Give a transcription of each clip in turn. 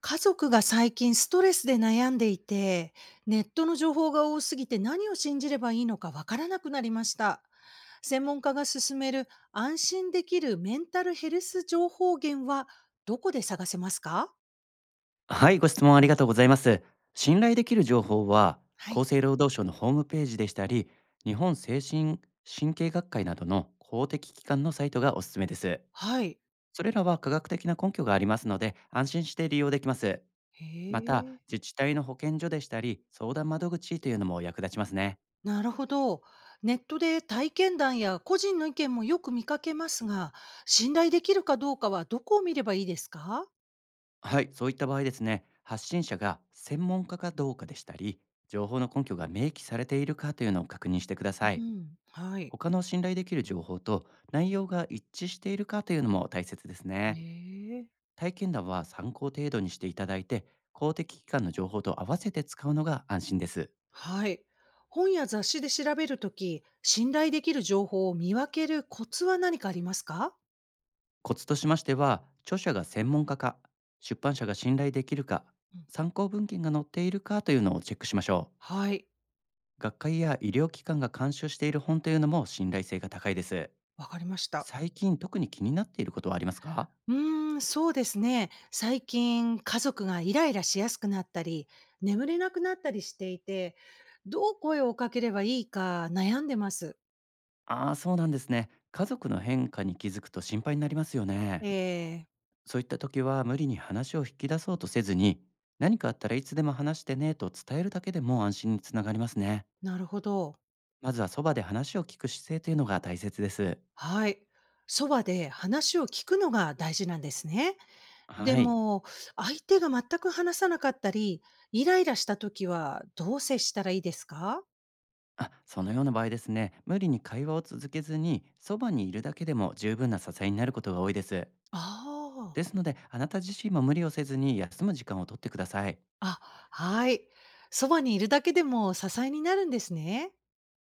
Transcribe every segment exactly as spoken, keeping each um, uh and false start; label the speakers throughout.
Speaker 1: 家族が最近ストレスで悩んでいて、ネットの情報が多すぎて何を信じればいいのかわからなくなりました。専門家が勧める安心できるメンタルヘルス情報源はどこで探せますか？
Speaker 2: はい、ご質問ありがとうございます。信頼できる情報は、
Speaker 1: はい。
Speaker 2: 厚生労働省のホームページでしたり、日本精神神経学会などの公的機関のサイトがおすすめです。
Speaker 1: はい。
Speaker 2: それらは科学的な根拠がありますので、安心して利用できます。
Speaker 1: へ
Speaker 2: また、
Speaker 1: え。
Speaker 2: 自治体の保健所でしたり、相談窓口というのも役立ちますね。
Speaker 1: なるほど。ネットで体験談や個人の意見もよく見かけますが、信頼できるかどうかはどこを見ればいいですか？
Speaker 2: はい、そういった場合ですね、発信者が専門家かどうかでしたり、情報の根拠が明記されているかというのを確認してくださ
Speaker 1: う
Speaker 2: い。
Speaker 1: ん。はい。
Speaker 2: 他の信頼できる情報と内容が一致しているかというのも大切です
Speaker 1: ね
Speaker 2: ね。
Speaker 1: え。
Speaker 2: 体験談は参考程度にしていただいて、公的機関の情報と合わせて使うのが安心です。
Speaker 1: はい。本や雑誌で調べるとき、信頼できる情報を見分けるコツは何かありますか？
Speaker 2: コツとしましては、著者が専門家か、出版社が信頼できるか、
Speaker 1: うん、
Speaker 2: 参考文献が載っているかというのをチェックしましょう。
Speaker 1: はい。
Speaker 2: 学会や医療機関が監修している本というのも信頼性が高いです。
Speaker 1: わかりました。
Speaker 2: 最近特に気になっていることはありますか？
Speaker 1: うーん、そうですね。最近、家族がイライラしやすくなったり、眠れなくなったりしていて、どう声をかければいいか悩んでます。
Speaker 2: ああー、そうなんですね。家族の変化に気づくと心配になりますよね。
Speaker 1: えー、
Speaker 2: そういった時は無理に話を引き出そうとせずに、何かあったらいつでも話してねと伝えるだけでも安心につながりますね。
Speaker 1: なるほど。
Speaker 2: まずはそばで話を聞く姿勢というのが大切です。
Speaker 1: はい。そばで話を聞くのが大事なんですね。で
Speaker 2: はい。
Speaker 1: も、相手が全く話さなかったり、イライラした時はどう接したらいいですか？
Speaker 2: あ、そのような場合ですね、無理に会話を続けずに、そばにいるだけでも十分な支えになることが多いです。
Speaker 1: ああ、
Speaker 2: ですので、あなた自身も無理をせずに休む時間をとってください。
Speaker 1: あ、はい。そばにいるだけでも支えになるんですね。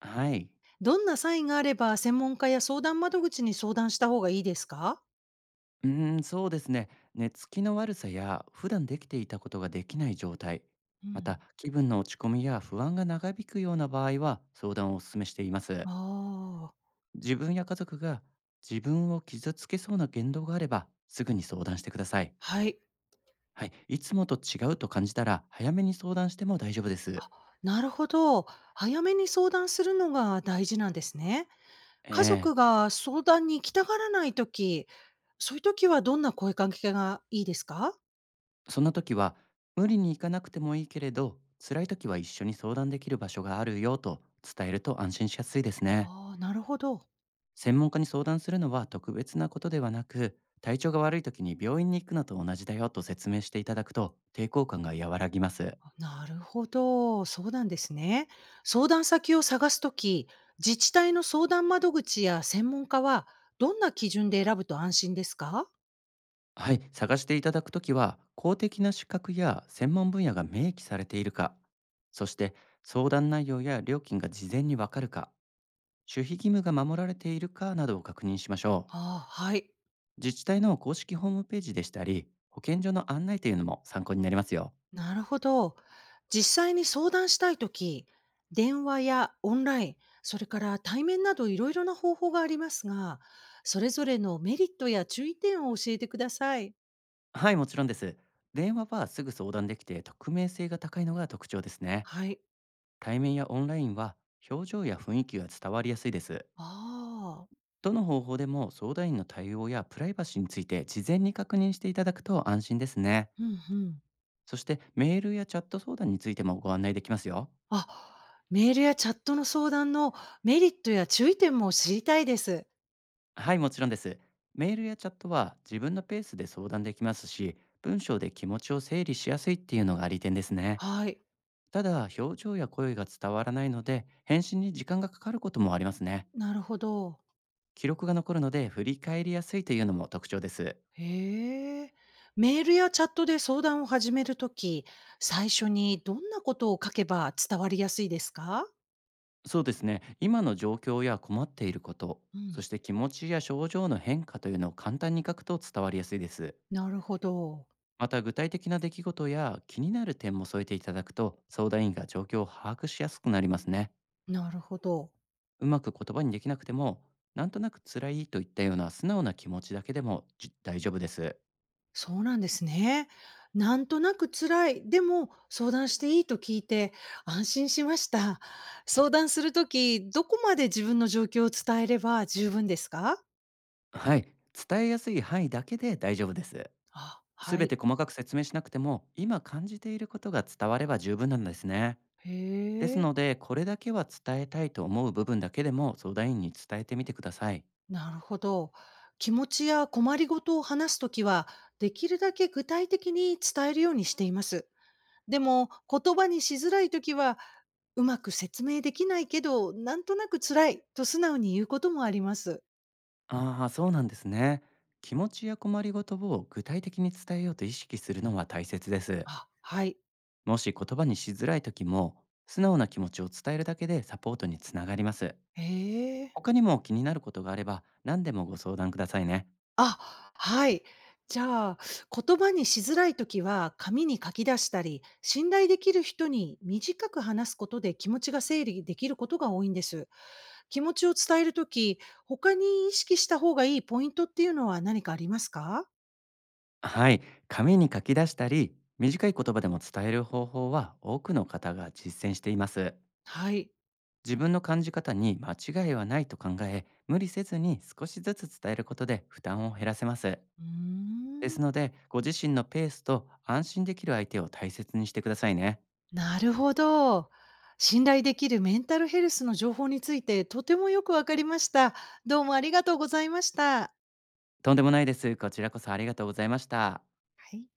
Speaker 2: はい。
Speaker 1: どんなサインがあれば、専門家や相談窓口に相談した方がいいですか？
Speaker 2: うーん、そうですね。寝つきの悪さや普段できていたことができない状態、
Speaker 1: う
Speaker 2: ま
Speaker 1: ん。
Speaker 2: た気分の落ち込みや不安が長引くような場合は相談をお勧めしています。
Speaker 1: ああ、
Speaker 2: 自分や家族が自分を傷つけそうな言動があればすぐに相談してください。
Speaker 1: はい。
Speaker 2: はい、いつもと違うと感じたら早めに相談しても大丈夫です。
Speaker 1: なるほど。早めに相談するのが大事なんですね。家
Speaker 2: ええ。
Speaker 1: 族が相談に行きたがらないとき、そういうときはどんな声かけがいいですか？
Speaker 2: そんな時は無理に行かなくてもいいけれど、辛い時は一緒に相談できる場所があるよと伝えると安心しやすいですね。
Speaker 1: ああ、なるほど。
Speaker 2: 専門家に相談するのは特別なことではなく、体調が悪い時に病院に行くのと同じだよと説明していただくと抵抗感が和らぎます。
Speaker 1: あ、なるほど、そうなんですね。相談先を探すとき、自治体の相談窓口や専門家は、どんな基準で選ぶと安心ですか？
Speaker 2: はい、探していただくときは公的な資格や専門分野が明記されているか、そして相談内容や料金が事前にわかるか、守秘義務が守られているかなどを確認しましょう。
Speaker 1: ああ、はい。
Speaker 2: 自治体の公式ホームページでしたり、保健所の案内というのも参考になりますよ。
Speaker 1: なるほど。実際に相談したいとき、電話やオンライン、それから対面などいろいろな方法がありますが、それぞれのメリットや注意点を教えてください。
Speaker 2: はい、もちろんです。電話はすぐ相談できて匿名性が高いのが特徴ですね。
Speaker 1: はい。
Speaker 2: 対面やオンラインは表情や雰囲気が伝わりやすいです。
Speaker 1: ああ、
Speaker 2: どの方法でも相談員の対応やプライバシーについて事前に確認していただくと安心ですね。
Speaker 1: うんうん。
Speaker 2: そしてメールやチャット相談についてもご案内できますよ。
Speaker 1: あ、メールやチャットの相談のメリットや注意点も知りたいです。
Speaker 2: はい、もちろんです。メールやチャットは自分のペースで相談できますし、文章で気持ちを整理しやすいっていうのが利点ですね。
Speaker 1: はい、
Speaker 2: ただ、表情や声が伝わらないので、返信に時間がかかることもありますね。
Speaker 1: なるほど。
Speaker 2: 記録が残るので、振り返りやすいというのも特徴です。
Speaker 1: へえ。メールやチャットで相談を始めるとき、最初にどんなことを書けば伝わりやすいですか？
Speaker 2: そうですね。今の状況や困っていること、
Speaker 1: う
Speaker 2: そ
Speaker 1: ん。
Speaker 2: して気持ちや症状の変化というのを簡単に書くと伝わりやすいです。
Speaker 1: なるほど。
Speaker 2: また、具体的な出来事や気になる点も添えていただくと、相談員が状況を把握しやすくなりますね。
Speaker 1: なるほど。
Speaker 2: うまく言葉にできなくても、なんとなく辛いといったような素直な気持ちだけでもじ大丈夫です。
Speaker 1: そうなんですね。なんとなく辛い。でも相談していいと聞いて安心しました。相談するとき、どこまで自分の状況を伝えれば十分ですか？
Speaker 2: はい、伝えやすい範囲だけで大丈夫です。
Speaker 1: あ、
Speaker 2: す
Speaker 1: は
Speaker 2: べ
Speaker 1: い。
Speaker 2: て細かく説明しなくても、今感じていることが伝われば十分なんですね。です
Speaker 1: へえ、
Speaker 2: ので、これだけは伝えたいと思う部分だけでも相談員に伝えてみてください。
Speaker 1: なるほど。気持ちや困りごとを話すときは、できるだけ具体的に伝えるようにしています。でも、言葉にしづらいときは、うまく説明できないけど、なんとなく辛いと素直に言うこともあります。
Speaker 2: ああー、そうなんですね。気持ちや困りごとを具体的に伝えようと意識するのは大切です。
Speaker 1: あ、はい。
Speaker 2: もし言葉にしづらい時も、素直な気持ちを伝えるだけでサポートにつながります。
Speaker 1: へえ。
Speaker 2: 他にも気になることがあれば、何でもご相談くださいね。
Speaker 1: あ、はい。じゃあ、言葉にしづらいときは、紙に書き出したり、信頼できる人に短く話すことで気持ちが整理できることが多いんです。気持ちを伝えるとき、他に意識した方がいいポイントっていうのは何かありますか？
Speaker 2: はい、紙に書き出したり短い言葉でも伝える方法は多くの方が実践しています。
Speaker 1: はい。
Speaker 2: 自分の感じ方に間違いはないと考え、無理せずに少しずつ伝えることで負担を減らせます。
Speaker 1: うー
Speaker 2: です
Speaker 1: ん、
Speaker 2: ので、ご自身のペースと安心できる相手を大切にしてくださいね。
Speaker 1: なるほど。信頼できるメンタルヘルスの情報についてとてもよくわかりました。どうもありがとうございました。
Speaker 2: とんでもないです。こちらこそありがとうございました。
Speaker 1: はい。